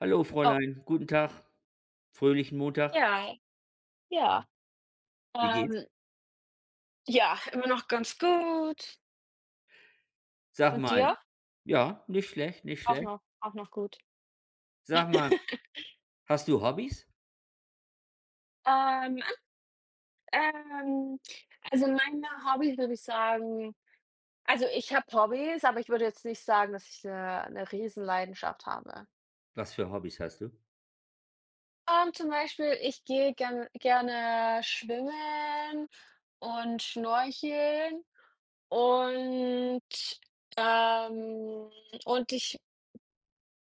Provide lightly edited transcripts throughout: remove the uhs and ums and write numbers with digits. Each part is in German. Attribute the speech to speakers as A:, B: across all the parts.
A: Hallo
B: Oh,
A: Fräulein, guten Tag. Fröhlichen Montag.
B: ja, ja.
A: Wie geht's?
B: Ähm, ja, immer noch ganz gut.
A: Sag
B: Und
A: mal
B: dir?
A: ja, nicht schlecht, nicht schlecht.
B: Auch noch gut.
A: Sag mal, hast du Hobbys?
B: Ähm, ähm, also meine Hobbys würde ich sagen also ich habe Hobbys, aber ich würde jetzt nicht sagen, dass ich eine 'ne Riesenleidenschaft habe.
A: Was für Hobbys hast du?
B: Zum Beispiel, ich gehe gerne schwimmen und schnorcheln und, ähm und ich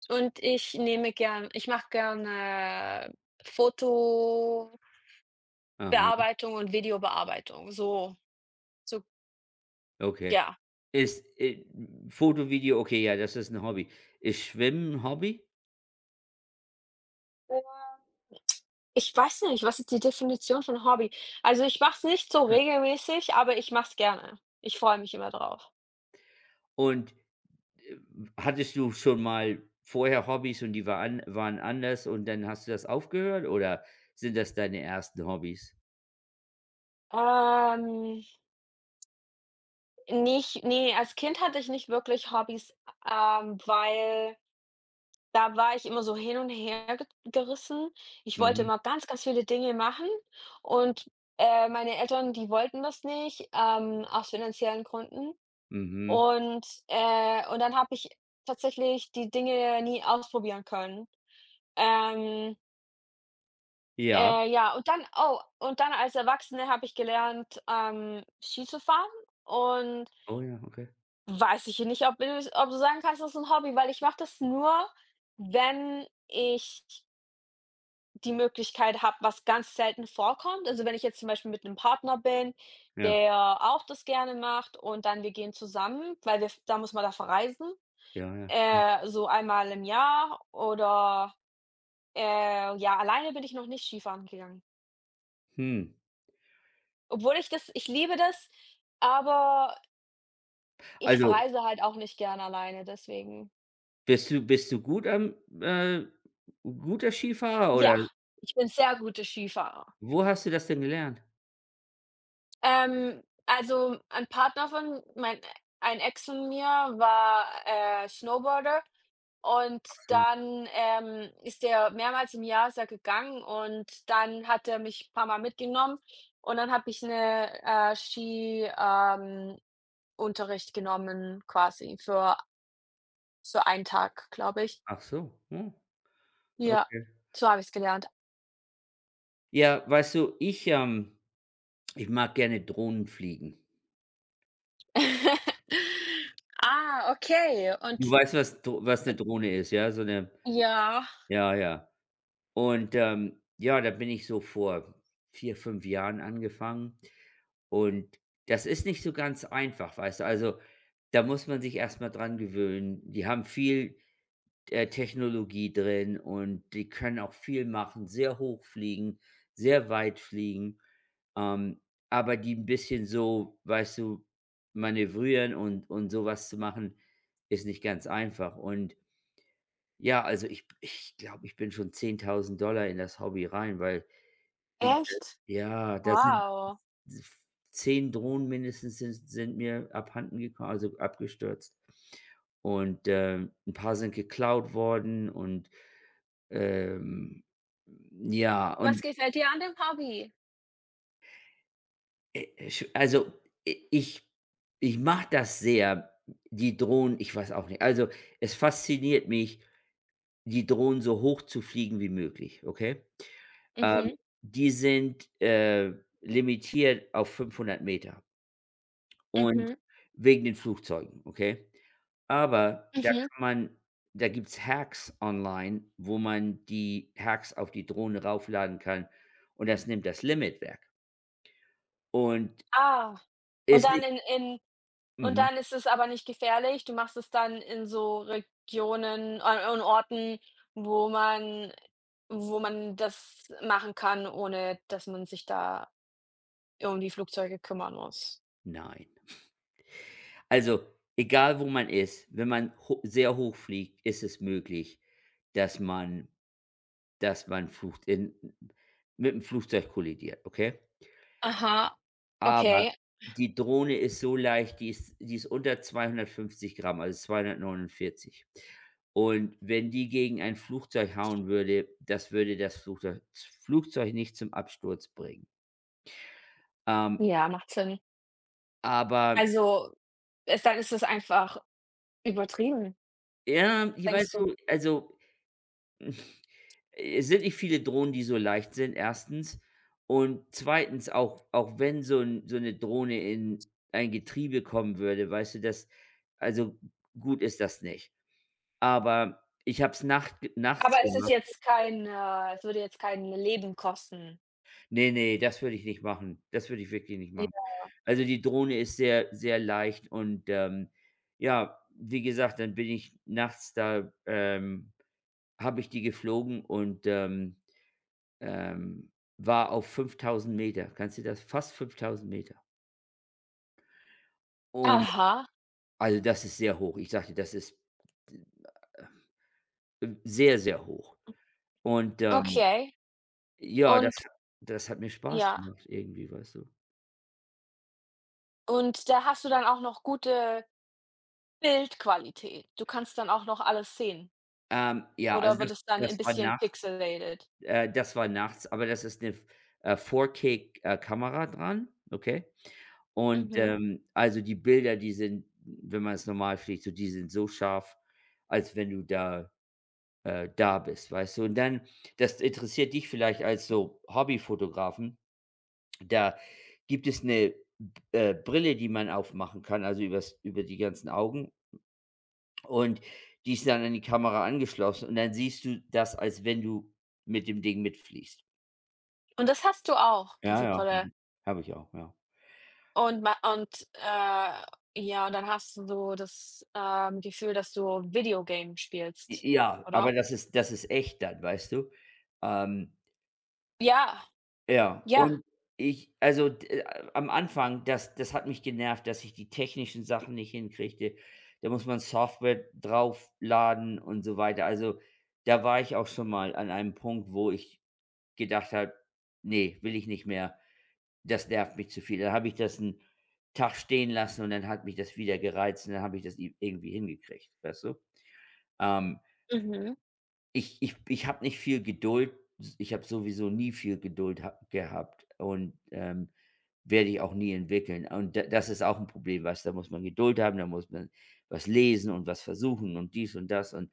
B: Ich mache gerne Fotobearbeitung
A: Aha,
B: und Videobearbeitungso,
A: okay.
B: ja.
A: Ist, Foto, Video, okay, ja, das ist ein Hobby. Ist Schwimmen 'n Hobby?
B: Ich weiß nicht, was ist die Definition von Hobby? Also, ich mache es nicht so regelmäßig, aber ich mache es gerne. Ich freue mich immer drauf.
A: Und, äh, hattest du schon mal vorher Hobbys und die waren anders und dann hast du das aufgehört oder sind das deine ersten Hobbys?
B: Ähm, nicht nee, als Kind hatte ich nicht wirklich Hobbys. Weil Da war ich immer so hin und her ge gerissen. Ich wollte
A: Mhm,
B: immer ganz, ganz viele Dinge machen und meine Eltern, die wollten das nicht, aus finanziellen Gründen.
A: mhm.
B: Und dann habe ich tatsächlich die Dinge nie ausprobieren können. Ähm,
A: Ja.
B: ja, und dann als Erwachsene habe ich gelernt, Ski zu fahren, und
A: Oh ja, okay.
B: weiß ich nicht, ob du sagen kannst, das ist 'n Hobby, weil ich mache das nur, wenn ich die Möglichkeit habe, was ganz selten vorkommt. Also, wenn ich jetzt zum Beispiel mit einem Partner bin,
A: Ja,
B: der auch das gerne macht und dann wir gehen zusammen, weil wir da muss man da verreisen,
A: ja, ja.
B: so einmal im Jahr oder, ja, alleine bin ich noch nicht Skifahren gegangen.
A: Hm.
B: Obwohl ich liebe das, aber ich
A: Also
B: verreise halt auch nicht gerne alleine, deswegen.
A: Bist du gut am äh, guter Skifahrer oder
B: Ja, ich bin sehr gute Skifahrer.
A: wo hast du das denn gelernt?
B: Also, ein Ex von mir war, Snowboarder, und
A: Ach so.
B: dann, ist der mehrmals im Jahr ist er gegangen, und dann hat er mich paar Mal mitgenommen, und dann habe ich Ski Unterricht genommen quasi für einen Tag, glaube ich.
A: Ach so, hm,
B: Ja,
A: okay.
B: so habe ich's gelernt.
A: Ja, weißt du, ich, ich mag gerne Drohnen fliegen.
B: Ah, okay.
A: Du
B: Und
A: weißt, was eine
B: und
A: Drohne ist, ja? So eine,
B: ja.
A: ja, ja. Und, ja, da bin ich so vor 4 5 Jahren angefangen und das ist nicht so ganz einfach, weißt du? Also, da muss man sich erstmal dran gewöhnen. Die haben viel Technologie drin und die können auch viel machen, sehr hoch fliegen, sehr weit fliegen, ähm, aber die ein bisschen so, weißt du, manövrieren und sowas zu machen, ist nicht ganz einfach. Und ja, also ich glaube, ich bin schon 10.000 Dollar in das Hobby rein, weil i
B: Echt?
A: ja, da sind
B: Wow.
A: 10 Drohnen mindestens sind mir abhanden gekommen, also abgestürzt. Und, 'n paar sind geklaut worden und ähm, ja,
B: Was
A: und,
B: gefällt dir an dem Hobby?
A: ich also, i ich mache das sehr, die Drohnen ich weiß auch nicht. Also, es fasziniert mich, die Drohnen so hoch zu fliegen wie möglich, okay? Ähm,
B: Mhm,
A: Die sind, limitiert auf 500 Meter und
B: mhm,
A: wegen den Flugzeugen, okay? Aber da
B: mhm.
A: kann man da gibt's Hacks online, wo man die Hacks auf die Drohne raufladen kann und das nimmt das Limit weg. Und
B: Ah, und
A: ist
B: dann
A: nicht
B: in in und
A: mhm,
B: dann ist es aber nicht gefährlich. Du machst es dann in so Regionen an Orten, wo man wo man das machen kann, ohne dass man sich da um die Flugzeuge kümmern muss.
A: nein. Also, egal wo man ist, wenn man ho sehr hoch fliegt, ist es möglich, dass man dass man flucht in mit 'm Flugzeug kollidiert, okay?
B: Aha,
A: Aber
B: okay.
A: die Drohne ist so leicht, die ist unter 250 Gramm, also 249. Und wenn die gegen ein Flugzeug hauen würde das Flugzeug nicht zum Absturz bringen. Ähm,
B: Ja, macht Sinn.
A: aber
B: Also, es dann ist es einfach übertrieben,
A: ja, ich
B: denkst
A: weiß
B: du?
A: so also es sind nicht viele Drohnen, die so leicht sind, erstens. Und zweitens, auch wenn so 'n so 'ne Drohne in ein Getriebe kommen würde, weißt du, das also, gut ist das nicht. Aber ich habe es nachts
B: Aber
A: gemacht.
B: es würde jetzt kein Leben kosten.
A: Ne, ne, das würde ich nicht machen. Das würde ich wirklich nicht machen. Also, die Drohne ist sehr, sehr leicht und, ja, wie gesagt, dann bin ich nachts da habe ich die geflogen und, Ähm, war auf 5000 Meter. Kannst du das? Fast 5000 Meter. Und
B: Aha,
A: also, das ist sehr hoch. Ich sage das ist sehr, sehr hoch. Und,
B: okay.
A: ja,
B: Und
A: das hat mir Spaß
B: ja,
A: gemacht irgendwie, weißt du?
B: und da hast du dann auch noch gute Bildqualität. Du kannst dann auch noch alles sehen
A: Ja, also,
B: oder wird
A: das
B: es dann ein
A: das war
B: bisschen
A: nachts
B: pixelated?
A: das war nachts, aber das ist eine 4K, Kamera dran, okay? Und,
B: Mhm.
A: also, die Bilder, die sind, wenn man es normal fliegt, so die sind so scharf, als wenn du da da bist, weißt du? Und dann das interessiert dich vielleicht als so Hobbyfotografen. Da gibt es eine Brille, die man aufmachen kann, also übers über die ganzen Augen und die ist dann an die Kamera angeschlossen und dann siehst du das, als wenn du mit dem Ding mitfliegst.
B: Und das hast du auch,
A: Ja,
B: diese
A: ja, habe
B: Brille.
A: ich habe ich auch, ja.
B: Und ja, und dann hast du so das Gefühl, dass du Videogame
A: J
B: spielst,
A: ja, aber
B: oder?
A: das ist echt dann, weißt du? Ähm,
B: Ja,
A: ja,
B: ja.
A: und ich also, d a am Anfang, das hat mich genervt, dass ich die technischen Sachen nicht hinkriegte. Da muss man Software draufladen und so weiter. Also, da war ich auch schon mal an einem Punkt, wo ich gedacht habe: „Nee, will ich nicht mehr. Das nervt mich zu viel.“ Dann habe ich das einen Tag stehen lassen und dann hat mich das wieder gereizt und dann habe ich das i irgendwie hingekriegt, weißt du? Ähm,
B: Mhm,
A: ich habe nicht viel Geduld. Ich habe sowieso nie viel Geduld ha gehabt und, werde ich auch nie entwickeln. Und da das ist auch ein Problem, weißt du? Da muss man Geduld haben, da muss man was lesen und was versuchen und dies und das und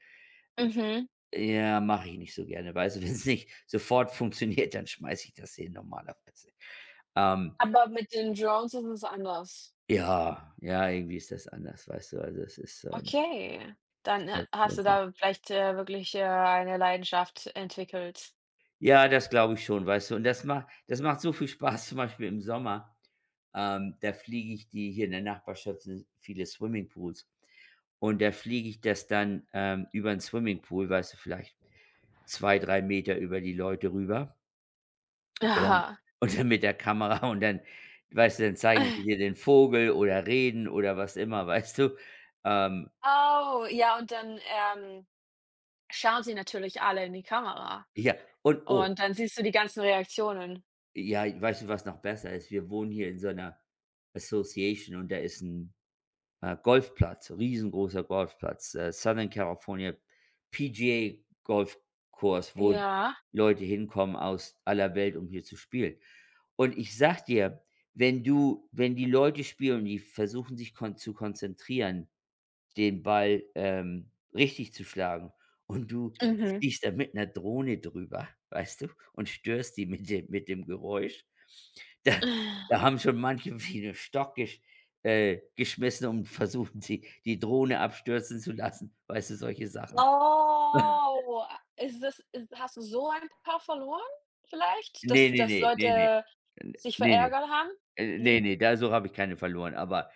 B: mhm.
A: ja, mache ich nicht so gerne, weißt du? Wenn es nicht sofort funktioniert, dann schmeiße ich das hin normalerweise. Ähm,
B: Aber mit den Drones ist es anders.
A: ja, ja, irgendwie ist das anders, weißt du? Also, es ist,
B: Okay, dann ha hast du
A: ähm
B: da vielleicht wirklich, eine Leidenschaft entwickelt.
A: ja, das glaube ich schon, weißt du? Und das macht so viel Spaß, zum Beispiel im Sommer. Da fliege ich die hier in der Nachbarschaft sind viele Swimmingpools. Und da fliege ich das dann, über 'n Swimmingpool, weißt du, vielleicht 2 3 Meter über die Leute rüber und
B: Aha.
A: dann mit der Kamera und dann weißt du, dann zeigen sie dir den Vogel oder reden oder was immer, weißt du? Ähm,
B: Oh, ja, und dann, schauen sie natürlich alle in die Kamera
A: ja, und oh,
B: und dann siehst du die ganzen Reaktionen.
A: ja, weißt du, was noch besser ist? Wir wohnen hier in so einer Association und da ist ein Golfplatz, riesengroßer Golfplatz, Southern California PGA-Golfkurs, wo
B: Ja.
A: Leute hinkommen aus aller Welt, um hier zu spielen. Und ich sag dir, wenn du wenn die Leute spielen und die versuchen, sich kon zu konzentrieren, den Ball, richtig zu schlagen und du
B: Mhm.
A: fliegst da mit 'ner Drohne drüber, weißt du, und störst die mit dem Geräusch. Da haben schon manche wie 'nen Stock geschmissen und versuchen, die Drohne abstürzen zu lassen, weißt du, solche Sachen.
B: Oh, ist das ist hast du so ein Paar verloren vielleicht,
A: Ne,
B: dass
A: ne,
B: dass
A: ne, ne, ne,
B: Leute
A: n
B: sich
A: ne, ne,
B: verärgert haben?
A: ne,
B: Ne?
A: ne, da so habe ich keine verloren, aber,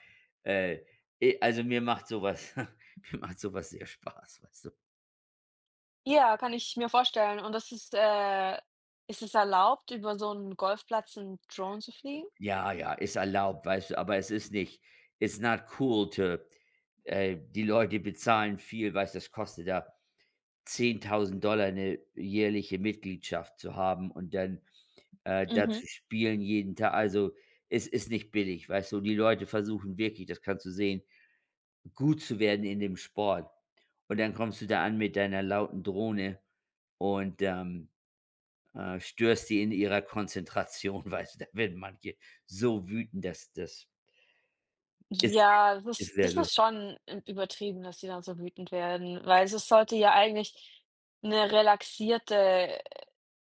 A: äh, e also, mir macht sowas mir macht sowas sehr Spaß, weißt du?
B: Ja, kann ich mir vorstellen. Und ist es erlaubt, über so einen Golfplatz 'n Drone zu fliegen?
A: Ja, ja, ist erlaubt, weißt du, aber es ist nicht it's not cool to die Leute bezahlen viel, weißt du, das kostet da 10.000 Dollar eine jährliche Mitgliedschaft zu haben und dann, da. Mhm.
B: Mhm.
A: Spielen jeden Tag. Also, es ist nicht billig, weißt du? Die Leute versuchen wirklich, das kannst du sehen, gut zu werden in dem Sport. Und dann kommst du da an mit deiner lauten Drohne und, störst die in ihrer Konzentration, weißt du, da werden manche so wütend, dass das ist
B: Ja, das
A: ist
B: ist
A: sehr
B: das ist
A: lustig.
B: schon übertrieben, dass die dann so wütend werden, weil es sollte ja eigentlich eine relaxierte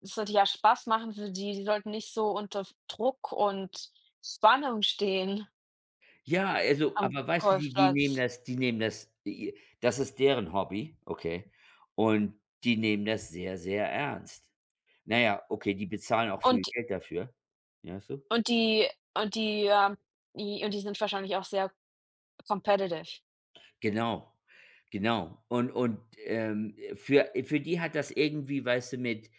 B: es sollte ja Spaß machen für die. Die sollten nicht so unter Druck und Spannung stehen
A: Ja, also,
B: am
A: aber weißt du, die
B: Golfplatz.
A: die nehmen das i das ist deren Hobby, okay, und die nehmen das sehr, sehr ernst. Na ja, okay, die bezahlen auch viel
B: Und
A: Geld dafür, ja, so.
B: und die und die und die sind wahrscheinlich auch sehr competitive.
A: Genau, genau. Und, für die hat das irgendwie, weißt du,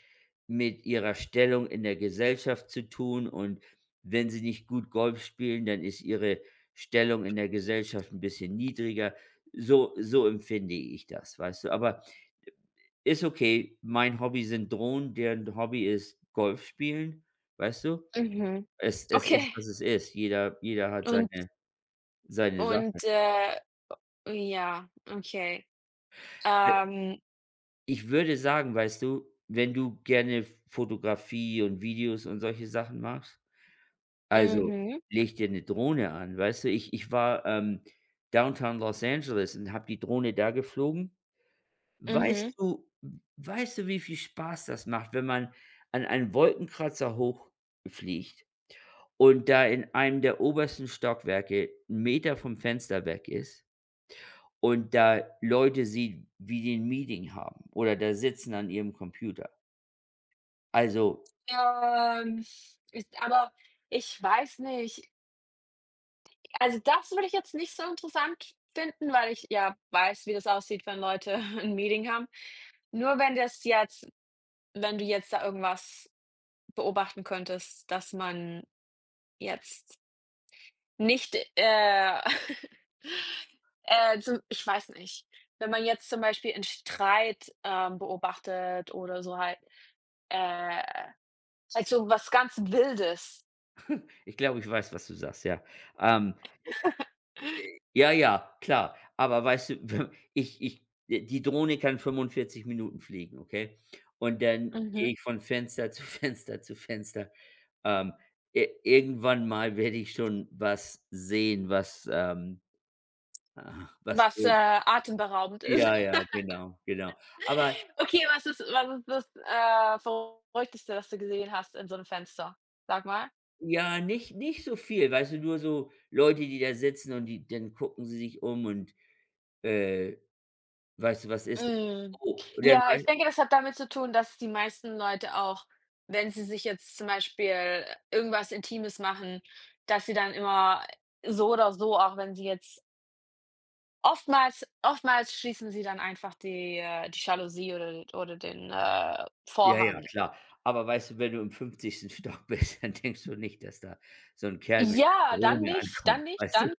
A: mit ihrer Stellung in der Gesellschaft zu tun und wenn sie nicht gut Golf spielen, dann ist ihre Stellung in der Gesellschaft ein bisschen niedriger. So so empfinde ich das, weißt du? Aber ist okay. Mein Hobby sind Drohnen, deren Hobby ist Golf spielen, weißt du?
B: Mhm.
A: Es ist,
B: Okay.
A: was es ist. Jeder hat
B: Und
A: seine seine Sache.
B: Und, ja, okay. Ähm,
A: Ich würde sagen, weißt du, wenn du gerne Fotografie und Videos und solche Sachen machst, also
B: mhm,
A: leg dir eine Drohne an, weißt du? Ich war, Downtown Los Angeles und habe die Drohne da geflogen.
B: mhm.
A: Weißt du weißt du, wie viel Spaß das macht, wenn man an einen Wolkenkratzer hochfliegt und da in einem der obersten Stockwerke 'n Meter vom Fenster weg ist und da Leute sieht, wie die 'n Meeting haben oder da sitzen an ihrem Computer? Also,
B: Ähm, ist aber Ich weiß nicht. Also, das würde ich jetzt nicht so interessant finden, weil ich ja weiß, wie das aussieht, wenn Leute ein Meeting haben. Nur wenn du jetzt da irgendwas beobachten könntest, dass man jetzt nicht, zum ich weiß nicht, wenn man jetzt zum Beispiel 'n Streit beobachtet oder so halt. Äh, also, was ganz Wildes,
A: ich glaube, ich weiß, was du sagst, ja. Ähm, ja, ja, klar. Aber weißt du, ich, die Drohne kann 45 Minuten fliegen, okay? Und dann gehe
B: Mhm.
A: ich von Fenster zu Fenster zu Fenster. Ähm, i irgendwann mal werde ich schon was sehen, was, ah, was
B: was
A: will.
B: atemberaubend ist.
A: Ja, ja, genau, genau. Aber
B: Okay, was ist das Verrückteste, was du gesehen hast in so 'nem Fenster? Sag mal.
A: ja, nicht so viel, weißt du, nur so Leute, die da sitzen und die dann gucken sie sich um und, äh weißt du, was ist?
B: Hm.
A: Oh, und dann
B: Ja,
A: wei
B: ich denke, das hat damit zu tun, dass die meisten Leute auch, wenn sie sich jetzt zum Beispiel irgendwas Intimes machen, dass sie dann immer so oder so, auch wenn sie jetzt oftmals schließen sie dann einfach die Jalousie oder den
A: ja, ja,
B: Vorhang.
A: klar. Aber weißt du, wenn du im fünfzigsten Stock bist, dann denkst du nicht, dass da so 'n Kerl mit 'ner
B: Ja, dann
A: Drohne
B: nicht,
A: ankommt,
B: dann nicht,
A: weißt du?
B: dann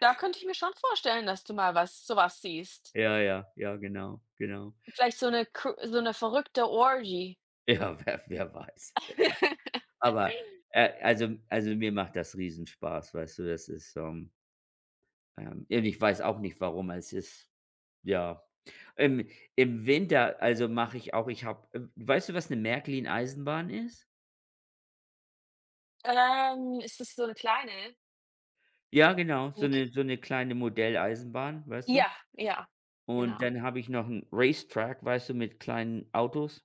B: da könnte ich mir schon vorstellen, dass du mal was so was siehst.
A: Ja, ja, ja, genau, genau.
B: Vielleicht so 'ne verrückte Orgie.
A: Ja, wer weiß, wer wei aber, also mir macht das Riesenspaß, weißt du? Das ist, und ich weiß auch nicht, warum. Es ist ja. Im Im Winter, also mache ich auch ich habe weißt du, was 'ne Märklin-Eisenbahn ist?
B: Ist das so 'ne kleine?
A: Ja, genau, so
B: 'Ne k
A: 'ne so 'ne kleine Modelleisenbahn, weißt du?
B: Ja, ja,
A: Und
B: genau.
A: dann habe ich noch 'n Racetrack, weißt du, mit kleinen Autos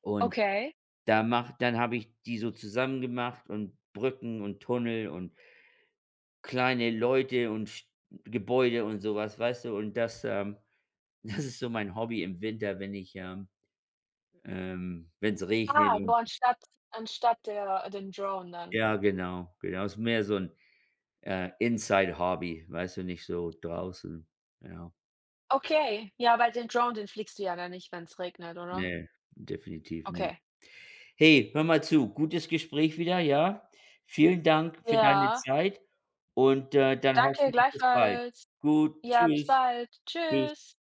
A: und
B: Okay.
A: da macht dann habe ich die so zusammen gemacht und Brücken und Tunnel und kleine Leute und Sch Gebäude und sowas, weißt du? Und das, das ist so mein Hobby im Winter, wenn ich, wenn es regnet
B: Ah, so
A: und
B: anstatt der den Drone dann.
A: ja, genau, genau. Ist mehr so ein Inside-Hobby, weißt du, nicht so draußen. Ja.
B: Okay, ja, weil den Drone, den fliegst du ja dann nicht, wenn's regnet, oder?
A: Ne, definitiv nicht.
B: Okay.
A: Hey, hör mal zu, gutes Gespräch wieder, ja? Vielen Dank für deine
B: Ja,
A: Zeit und, dann
B: danke
A: hoffentlich bis bald.
B: gleichfalls.
A: Gut,
B: Ja, bis
A: tschüss,
B: bald.
A: tschüss.
B: Tschüss.